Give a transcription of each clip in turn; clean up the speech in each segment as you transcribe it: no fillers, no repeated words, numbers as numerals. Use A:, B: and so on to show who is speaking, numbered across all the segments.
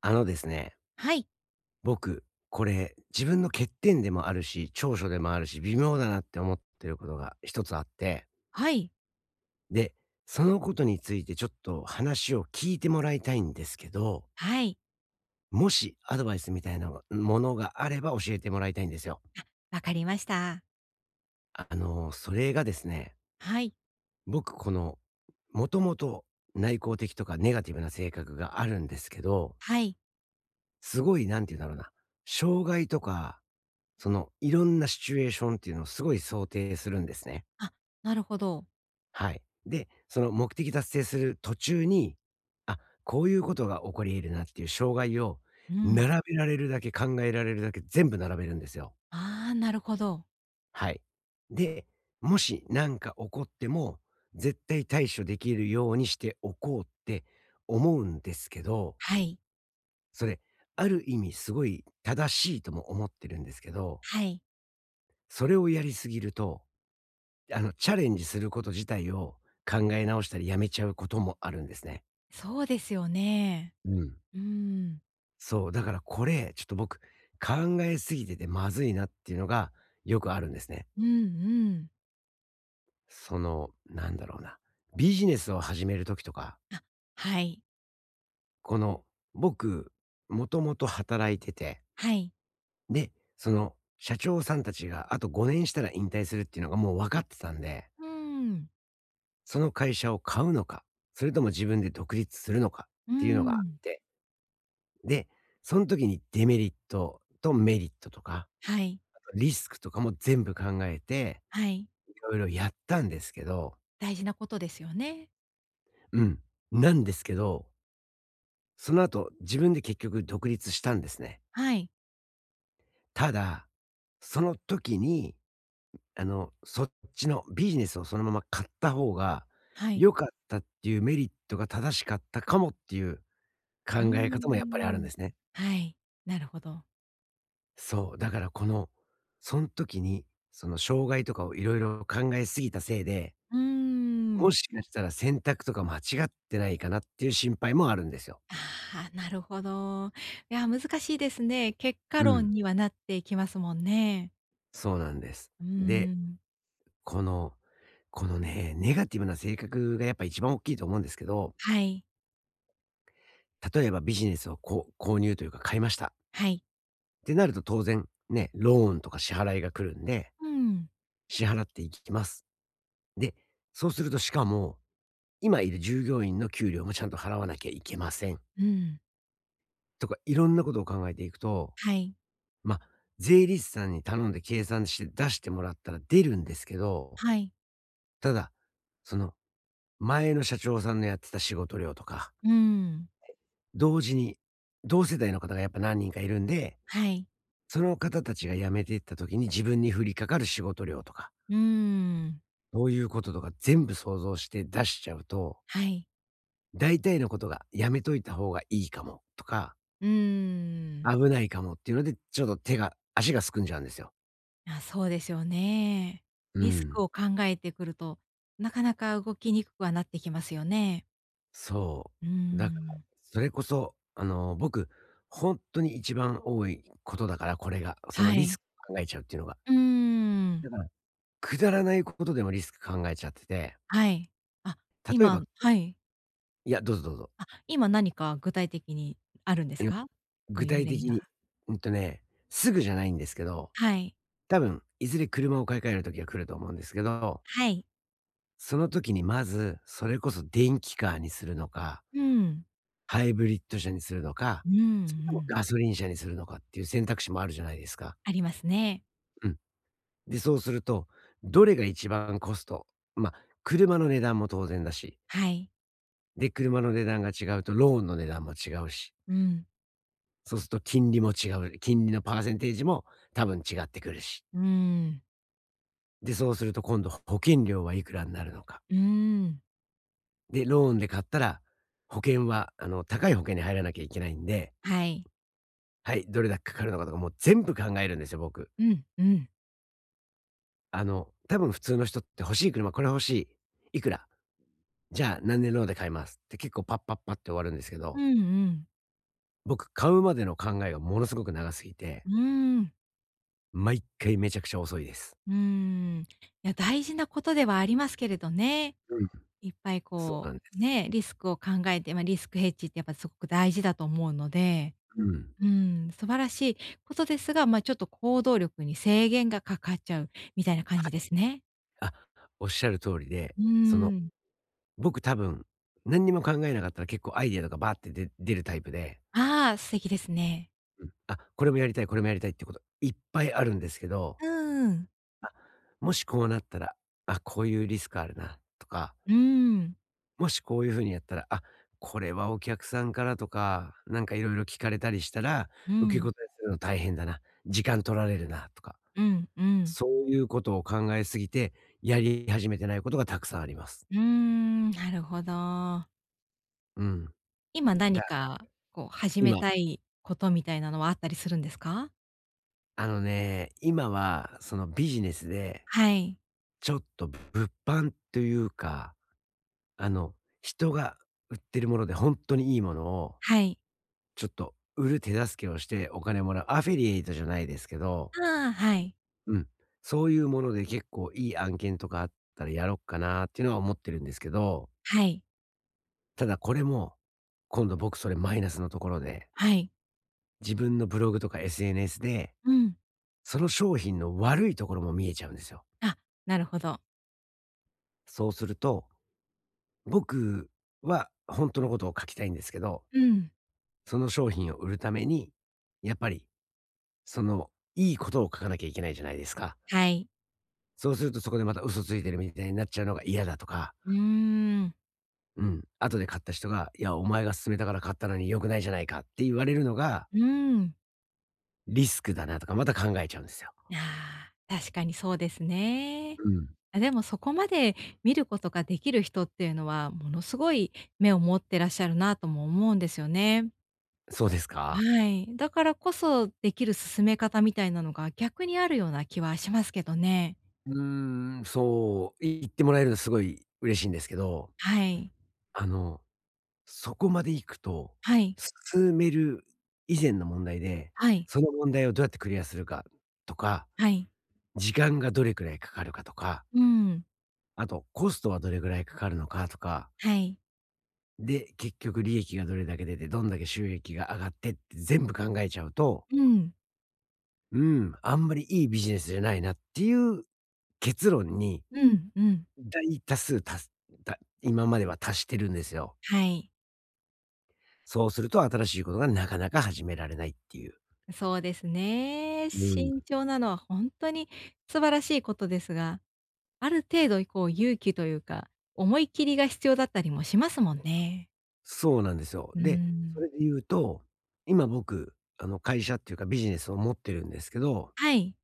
A: ですね、
B: はい。
A: 僕、これ、自分の欠点でもあるし、長所でもあるし、微妙だなって思ってることが一つあって、
B: はい。
A: で、そのことについてちょっと話を聞いてもらいたいんですけど、
B: はい、
A: もしアドバイスみたいなものがあれば教えてもらいたいんですよ。
B: わかりました。
A: それがですね、
B: はい。
A: 僕、もともと内向的とかネガティブな性格があるんですけど、
B: はい。
A: すごい、なんて言うんだろうな、障害とかいろんなシチュエーションっていうのをすごい想定するんですね。
B: あ、なるほど。
A: はい。で、その目的達成する途中に、あ、こういうことが起こり得るなっていう障害を
B: うん。
A: 並べられるだけ、考えられるだけ全部並べるんですよ。
B: ああ、なるほど。
A: はい。で、もし何か起こっても、絶対対処できるようにしておこうって思うんですけど、
B: はい、
A: それ、ある意味すごい正しいとも思ってるんですけど、
B: はい。
A: それをやりすぎるとチャレンジすること自体を考え直したりやめちゃうこともあるんですね。
B: そうですよね。
A: うん。
B: うーん。
A: そう、だからこれ、ちょっと僕、考えすぎててまずいなっていうのがよくあるんですね。
B: うんうん。
A: なんだろうな。ビジネスを始めるときとか、
B: はい。
A: この、僕、もともと働いてて、
B: はい。
A: で、社長さんたちがあと5年したら引退するっていうのがもう分かってたんで、
B: うん。
A: その会社を買うのか、それとも自分で独立するのかっ
B: う
A: ていうのがあっ
B: ん。
A: て、で、その時にデメリットとメリットとか、
B: はい。
A: あとリスクとかも全部考えて、
B: はい。
A: いろいろやったんですけど。
B: 大事なことですよね。
A: うん。なんですけど、その後、自分で結局独立したんですね。
B: はい。
A: ただ、その時に、そっちのビジネスをそのまま買った方が
B: はい。
A: 良かったっていうメリットが正しかったかもっていう
B: うー
A: 考え方もやっぱりあるん
B: ん。
A: ですね。
B: はい。なるほど。
A: そう、だからその時に、その障害とかをいろいろ考えすぎたせいで、
B: うーん。
A: もしかしたら選択とか間違ってないかなっていう心配もあるんですよ。
B: ああ、なるほど。いや、難しいですね。結果
A: う
B: 論
A: ん、
B: にはなっていきますもんね。
A: そうなんです。
B: う
A: で、
B: ーん。
A: この、このね、ネガティブな性格がやっぱ一番大きいと思うんですけど、
B: はい。
A: 例えばビジネスをこう購入というか買いました。
B: はい。
A: ってなると当然、ね、ローンとか支払いが来るんで、
B: うん。
A: 支払っていきます。で、そうするとしかも、今いる従業員の給料もちゃんと払わなきゃいけません。
B: うん。
A: とか、いろんなことを考えていくと、
B: はい。
A: ま、あ税理士さんに頼んで計算して出してもらったら出るんですけど、
B: はい。
A: ただ、その、前の社長さんのやってた仕事量とか、
B: うーん。
A: 同時に、同世代の方がやっぱ何人かいるんで、
B: はい。
A: その方たちが辞めていった時に自分に降りかかる仕事量とか、
B: うーん。
A: そういうこととか全部想像して出しちゃうと、
B: はい。
A: 大体のことがやめといた方がいいかもとか、
B: うーん。
A: 危ないかもっていうので、ちょっと手が足がすくんじゃうんですよ。
B: あ、そうですよね。
A: う
B: リス
A: ん。
B: クを考えてくると、なかなか動きにくくはなってきますよね。
A: そ
B: うー
A: う。だから、
B: ん。
A: それこそ、僕、本当に一番多いことだから、これが。その
B: は
A: リ
B: い。
A: スク考えちゃうっていうのが。
B: うーん。
A: だから、くだらないことでもリスク考えちゃってて、
B: はい。あ、
A: 例え
B: 今
A: ば、
B: はい。
A: いや、どうぞどうぞ。
B: あ、今何か具体的にあるんです
A: 今
B: か？そう
A: 具
B: いう
A: 体
B: 例
A: 的に、
B: が。
A: うんとね、すぐじゃないんですけど、
B: はい。
A: 多分いずれ車を買い替える時が来ると思うんですけど、
B: はい。
A: その時にまず、それこそ電気カーにするのか、
B: うん。
A: ハイブリッド車にするのか、
B: うんう
A: それとも
B: ん。
A: ガソリン車にするのかっていう選択肢もあるじゃないですか。
B: ありますね。
A: うん。で、そうすると、どれが一番コスト、まあ、車の値段も当然だし、
B: はい。
A: で、車の値段が違うとローンの値段も違うし、
B: うん。
A: そうすると金利も違う、金利のパーセンテージも多分違ってくるし、
B: うーん。
A: で、そうすると今度保険料はいくらになるのか。
B: うーん。
A: で、ローンで買ったら、保険は高い保険に入らなきゃいけないんで、
B: はい。
A: はい、どれだけかかるのかとかもう全部考えるんですよ、僕。
B: うん、うん。
A: 多分普通の人って欲しい車、これ欲しい、いくら、じゃあ何年ローンで買いますって結構パッパッパって終わるんですけ
B: う
A: ど
B: んうん。
A: 僕、買うまでの考えがものすごく長すぎて、
B: うーん。
A: 毎回めちゃくちゃ遅いです。
B: うーん。いや、大事なことではありますけれどね。
A: うん。
B: いっぱい
A: そうな
B: こ
A: んで
B: う、
A: す。
B: ね、リスクを考えて、ま、リスクヘッジってやっぱ、すごく大事だと思うので、
A: うん。
B: うん、素晴らしいことですが、まあ、ちょっと行動力に制限がかかっちゃうみたいな感
A: は
B: じ
A: い。
B: ですね。
A: あ、おっしゃる通りで、
B: う
A: その、
B: ーん。
A: 僕多分、何にも考えなかったら結構アイデアとかバーって出るタイプで、
B: ああ、素敵ですね。
A: うん。あ、これもやりたい、これもやりたいってこといっぱいあるんですけど、
B: うん。
A: あ、もしこうなったら、あ、こういうリスクあるなとか
B: うーん。
A: もしこういう風にやったら、あ、これはお客さんからとか、なんかいろいろ聞かれたりしたら、
B: う
A: 受け答
B: ん。
A: えするの大変だな、時間取られるなとか、
B: うん、うん。
A: そういうことを考えすぎて、やり始めてないことがたくさんあります。
B: うーん、なるほど。
A: うん。
B: 今何
A: だ
B: かこう始め
A: 今、
B: たいことみたいなのはあったりするんですか？
A: 今はそのビジネスで、
B: はい。
A: ちょっと物販というか、あの、人が売ってるもので本当にいいものを、
B: はい。
A: ちょっと売る手助けをしてお金もらう、アフィリエイトじゃないですけど。
B: ああ、はい。
A: うん。そういうもので結構いい案件とかあったらやろっかなっていうのは思ってるんですけど、
B: はい。
A: ただこれも、今度僕それマイナスのところで、
B: はい。
A: 自分のブログとか SNS で、
B: うん。
A: その商品の悪いところも見えちゃうんですよ。
B: あ、なるほど。
A: そうすると、僕は本当のことを書きたいんですけど、
B: うん。
A: その商品を売るために、やっぱり、その、いいことを書かなきゃいけないじゃないですか。
B: はい。
A: そうするとそこでまた嘘ついてるみたいになっちゃうのが嫌だとか、
B: うーん。
A: うん。後で買った人が、いや、お前が勧めたから買ったのに良くないじゃないかって言われるのが、
B: うーん。
A: リスクだなとかまた考えちゃうんですよ。
B: ああ、確かにそうですね。
A: うん。
B: あ、でもそこまで見ることができる人っていうのは、ものすごい目を持ってらっしゃるなとも思うんですよね。
A: そうですか？
B: はい。だからこそできる進め方みたいなのが逆にあるような気はしますけどね。
A: うーん、そう、言ってもらえるのすごい嬉しいんですけど、
B: はい。
A: あの、そこまで行くと、
B: はい。
A: 勧める以前の問題で、
B: はい。
A: その問題をどうやってクリアするかとか、
B: はい。
A: 時間がどれくらいかかるかとか、
B: うん。
A: あとコストはどれくらいかかるのかとか
B: はい。
A: で、結局利益がどれだけ出て、どんだけ収益が上がってって全部考えちゃうと、
B: うん。
A: うん、あんまりいいビジネスじゃないなっていう結論に、
B: うん。うん。
A: 大多数たすた今までは達してるんですよ。
B: はい。
A: そうすると新しいことがなかなか始められないっていう。
B: そうですね。
A: うん。
B: 慎重なのは本当に素晴らしいことですが、ある程度こう勇気というか、思い切りが必要だったりもしますもんね。
A: そうなんですよ。
B: うー
A: で、そ
B: ん。
A: れで言うと、今僕、会社っていうかビジネスを持ってるんですけど、
B: はい。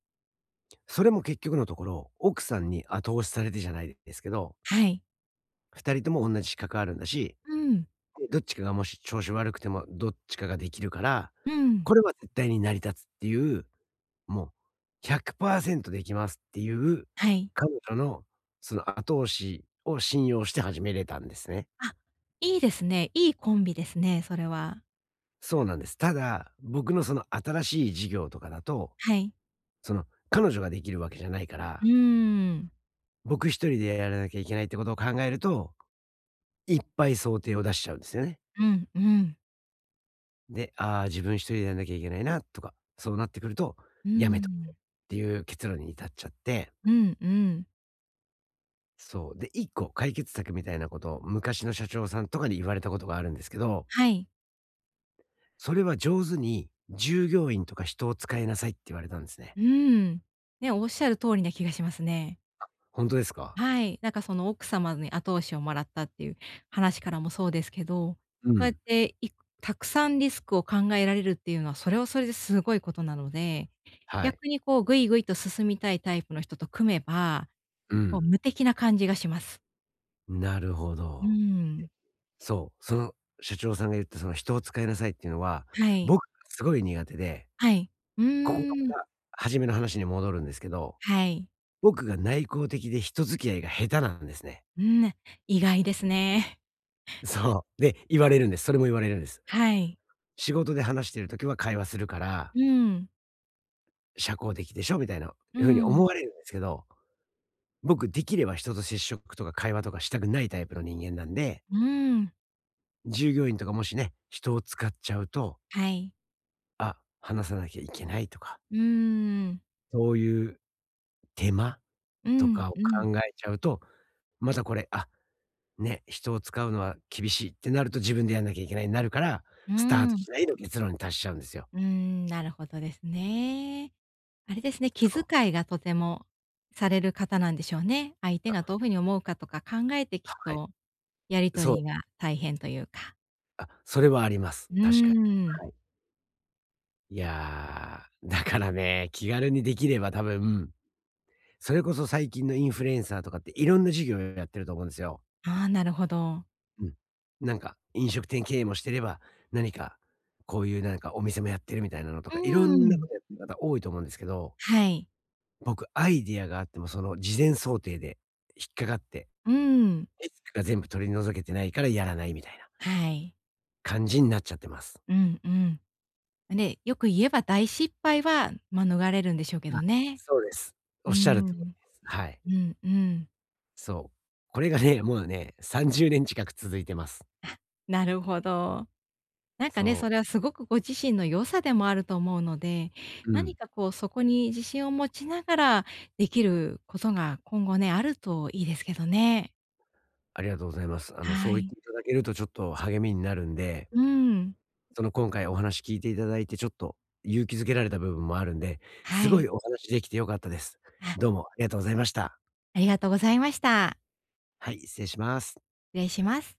A: それも結局のところ、奥さんに後押しされてじゃないですけど、
B: はい。
A: 二人とも同じ資格あるんだし
B: うん。
A: で、どっちかがもし調子悪くても、どっちかができるから、
B: うん。
A: これは絶対に成り立つっていう、もう100%できますっていう、
B: はい。
A: 彼女のその後押しを信用して始めれたんですね。
B: あ、いいですね。いいコンビですね、それは。
A: そうなんです。ただ、僕のその新しい事業とかだと、
B: はい。
A: その彼女ができるわけじゃないか
B: うー
A: ら、
B: ん。
A: 僕一人でやらなきゃいけないってことを考えると、いっぱい想定を出しちゃうんですよね。
B: うんうん。
A: で、ああ、自分一人でやんなきゃいけないなとか、そうなってくると、
B: うー
A: やめとこうっ
B: ん。
A: ていう結論に至っちゃって、
B: うんうん。
A: そう。で、一個解決策みたいなことを昔の社長さんとかに言われたことがあるんですけど、
B: はい。
A: それは上手に従業員とか人を使いなさいって言われたんですね。
B: うーん。ね、おっしゃる通りな気がしますね。
A: 本当ですか？
B: はい、なんかその奥様に後押しをもらったっていう話からもそうですけど、
A: う
B: そうやっ
A: ん。
B: ていくたくさんリスクを考えられるっていうのは、それはそれですごいことなので、
A: はい。
B: 逆にこうぐいぐいと進みたいタイプの人と組めば、
A: う
B: もう
A: ん。
B: 無敵な感じがします。
A: なるほ
B: うー
A: ど。
B: ん。
A: そう。その社長さんが言ったその人を使いなさいっていうのは、
B: はい。
A: 僕がすごい苦手で、
B: はい。う
A: ここが
B: ーん。
A: また初めの話に戻るんですけど、
B: はい。
A: 僕が内向的で人付き合いが下手なんですね。
B: うん、意外ですね。
A: そう。で、言われるんです。それも言われるんです。
B: はい。
A: 仕事で話してる時は会話するから、
B: うん。
A: 社交的でしょみたいな
B: う
A: 風に思
B: ん。
A: われるんですけど、僕できれば人と接触とか会話とかしたくないタイプの人間なんで、
B: うーん。
A: 従業員とかもしね、人を使っちゃうと、
B: はい。
A: あ、話さなきゃいけないとか、
B: うーん。
A: そういう手間
B: う
A: と
B: ん、
A: かを
B: うん。
A: 考えちゃうと、またこれ、あね、人を使うのは厳しいってなると自分でやんなきゃいけないになるから、
B: う
A: スター
B: ー
A: ト
B: ん。
A: しないの結論に達しちゃうんですよ。
B: うーん、なるほどですね。あれですね、気
A: そう。
B: 遣いがとてもされる方なんでしょうね。相手がどういうふうに思うかとか考えてきっ
A: はい。
B: とやり
A: そ
B: 取り
A: う。
B: が大変というか。
A: あ、それはあります。
B: う
A: 確かに。
B: ーん。
A: はい。いや、だからね、気軽にできれば多分、それこそ最近のインフルエンサーとかっていろんな事業やってると思うんですよ。
B: ああ、なるほど。
A: うん。なんか飲食店経営もしてれば、何かこういうなんかお店もやってるみたいなのと
B: う
A: か、いろ
B: ー
A: んなこ
B: ん。
A: とやってる方多いと思うんですけど、
B: はい。
A: 僕アイディアがあってもその事前想定で引っかかって、
B: うーん。
A: リスクが全部取り除けてないからやらないみたいな
B: はい。
A: 感じになっちゃってます。
B: うんうん。で、よく言えば大失敗は免れるんでしょうけ
A: あ、
B: どね。
A: そうです。お
B: う
A: っ
B: ー
A: しゃる通
B: ん。
A: りです。はい。
B: うんうん。
A: そう。これがね、もうね、30年近く続いてます。
B: なるほど。なんかね、
A: そ
B: それ
A: う。
B: はすごくご自身の良さでもあると思うので、
A: う
B: 何
A: ん。
B: かこうそこに自信を持ちながらできることが今後ね、あるといいですけどね。
A: ありがとうございます。そ
B: は
A: う言っ
B: い。
A: ていただけるとちょっと励みになるんで、
B: うん。
A: その今回お話聞いていただいてちょっと勇気づけられた部分もあるんで、す
B: は
A: ご
B: い。
A: いお話できて良かったです。
B: あ、
A: どうもありがとうございました。
B: ありがとうございました。
A: はい、失礼します。
B: 失礼します。